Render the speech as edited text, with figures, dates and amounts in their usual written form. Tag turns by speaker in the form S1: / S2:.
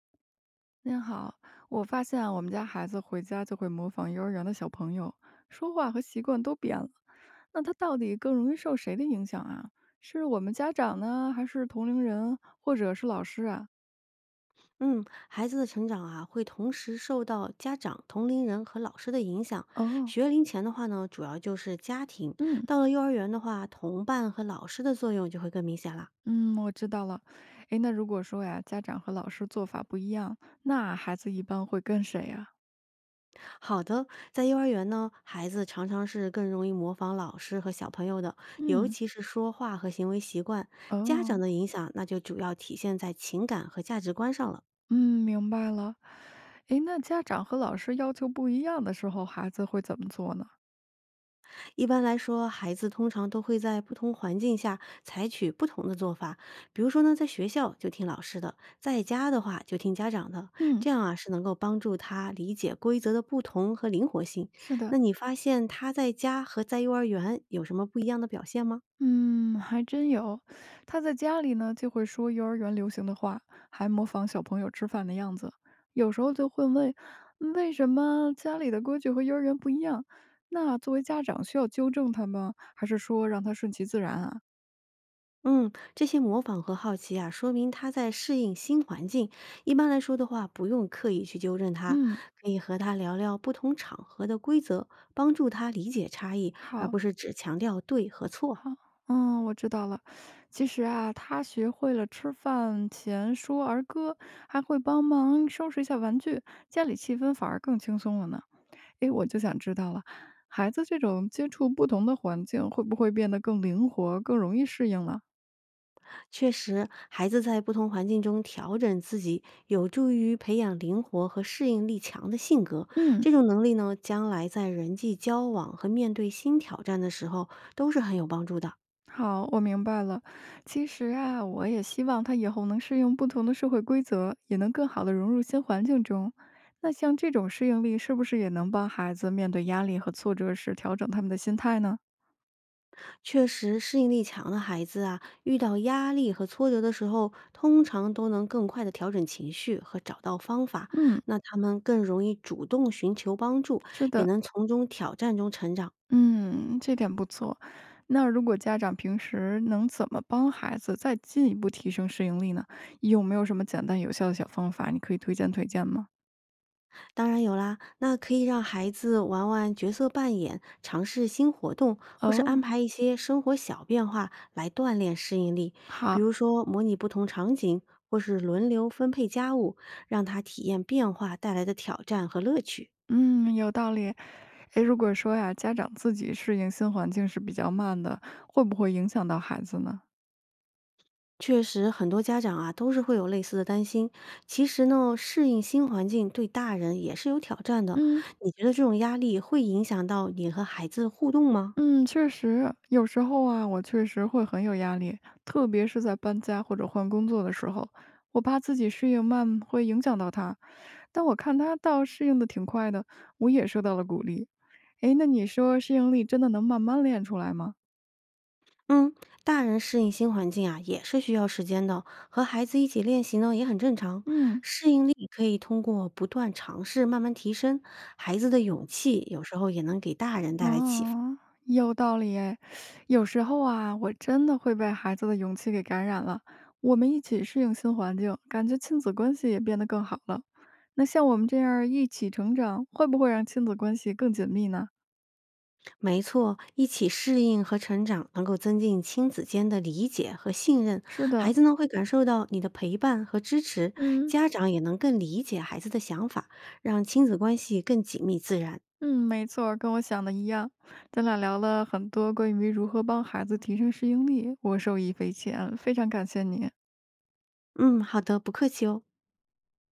S1: 您好，我发现啊我们家孩子回家就会模仿幼儿园的小朋友，说话和习惯都变了。那他到底更容易受谁的影响啊？是我们家长呢，还是同龄人，或者是老师啊？
S2: 嗯，孩子的成长啊，会同时受到家长、同龄人和老师的影响。
S1: 哦，
S2: 学龄前的话呢，主要就是家庭；
S1: 嗯
S2: 到了幼儿园的话，同伴和老师的作用就会更明显啦。
S1: 嗯，我知道了。诶，那如果说呀，家长和老师做法不一样，那孩子一般会跟谁呀、
S2: 好的，在幼儿园呢，孩子常常是更容易模仿老师和小朋友的，尤
S1: 嗯，
S2: 其是说话和行为习惯。家长
S1: 哦，
S2: 的影响，那就主要体现在情感和价值观上了。
S1: 嗯，明白了。诶，那家长和老师要求不一样的时候，孩子会怎么做呢？
S2: 一般来说，孩子通常都会在不同环境下采取不同的做法。比如说呢，在学校就听老师的，在家的话就听家长的，
S1: 嗯，
S2: 这样啊是能够帮助他理解规则的不同和灵活性。
S1: 是的。
S2: 那你发现他在家和在幼儿园有什么不一样的表现吗？
S1: 嗯，还真有。他在家里呢，就会说幼儿园流行的话，还模仿小朋友吃饭的样子。有时候就会问，为什么家里的规矩和幼儿园不一样？那作为家长需要纠正他吗？还是说让他顺其自然啊？
S2: 嗯，这些模仿和好奇啊，说明他在适应新环境。一般来说的话，不用刻意去纠正他，
S1: 嗯，
S2: 可以和他聊聊不同场合的规则，帮助他理解差异，而
S1: 好，
S2: 不是只强调对和错。
S1: 好，嗯，我知道了。其实啊，他学会了吃饭前说儿歌，还会帮忙收拾一下玩具，家里气氛反而更轻松了呢。诶，我就想知道了，孩子这种接触不同的环境，会不会变得更灵活、更容易适应了？
S2: 确实，孩子在不同环境中调整自己，有助于培养灵活和适应力强的性格。
S1: 嗯，
S2: 这种能力呢，将来在人际交往和面对新挑战的时候都是很有帮助的。
S1: 好，我明白了。其实啊，我也希望他以后能适应不同的社会规则，也能更好的融入新环境中。那像这种适应力，是不是也能帮孩子面对压力和挫折时调整他们的心态呢？
S2: 确实，适应力强的孩子啊，遇到压力和挫折的时候，通常都能更快的调整情绪和找到方法。
S1: 嗯，
S2: 那他们更容易主动寻求帮助，
S1: 是
S2: 也
S1: 的，
S2: 能从中挑战中成长。
S1: 嗯，这点不错。那如果家长平时能怎么帮孩子再进一步提升适应力呢？有没有什么简单有效的小方法，你可以推荐推荐吗？
S2: 当然有啦，那可以让孩子玩玩角色扮演，尝试新活动，或是安
S1: 哦，
S2: 排一些生活小变化来锻炼适应力，比
S1: 好，
S2: 如说模拟不同场景，或是轮流分配家务，让他体验变化带来的挑战和乐趣。
S1: 嗯，有道理。诶，如果说呀，家长自己适应新环境是比较慢的，会不会影响到孩子呢？
S2: 确实，很多家长啊都是会有类似的担心。其实呢，适应新环境对大人也是有挑战的。
S1: 嗯。
S2: 你觉得这种压力会影响到你和孩子互动吗？
S1: 嗯，确实，有时候啊，我确实会很有压力，特别是在搬家或者换工作的时候，我怕自己适应慢会影响到他，但我看他倒适应的挺快的，我也受到了鼓励。诶，那你说适应力真的能慢慢练出来吗？
S2: 嗯，大人适应新环境啊也是需要时间的，和孩子一起练习呢也很正常。
S1: 嗯，
S2: 适应力可以通过不断尝试慢慢提升，孩子的勇气有时候也能给大人带来启发。
S1: 哦，有道理诶。有时候啊，我真的会被孩子的勇气给感染了。我们一起适应新环境，感觉亲子关系也变得更好了。那像我们这样儿一起成长，会不会让亲子关系更紧密呢？
S2: 没错，一起适应和成长，能够增进亲子间的理解和信任。
S1: 是
S2: 孩
S1: 的，
S2: 子呢会感受到你的陪伴和支持，
S1: 嗯
S2: 家长也能更理解孩子的想法，让亲子关系更紧密自然。
S1: 嗯，没错儿跟我想的一样。咱俩聊了很多关于如何帮孩子提升适应力，我受益匪浅，非常感谢你。
S2: 嗯，好的，不客气哦。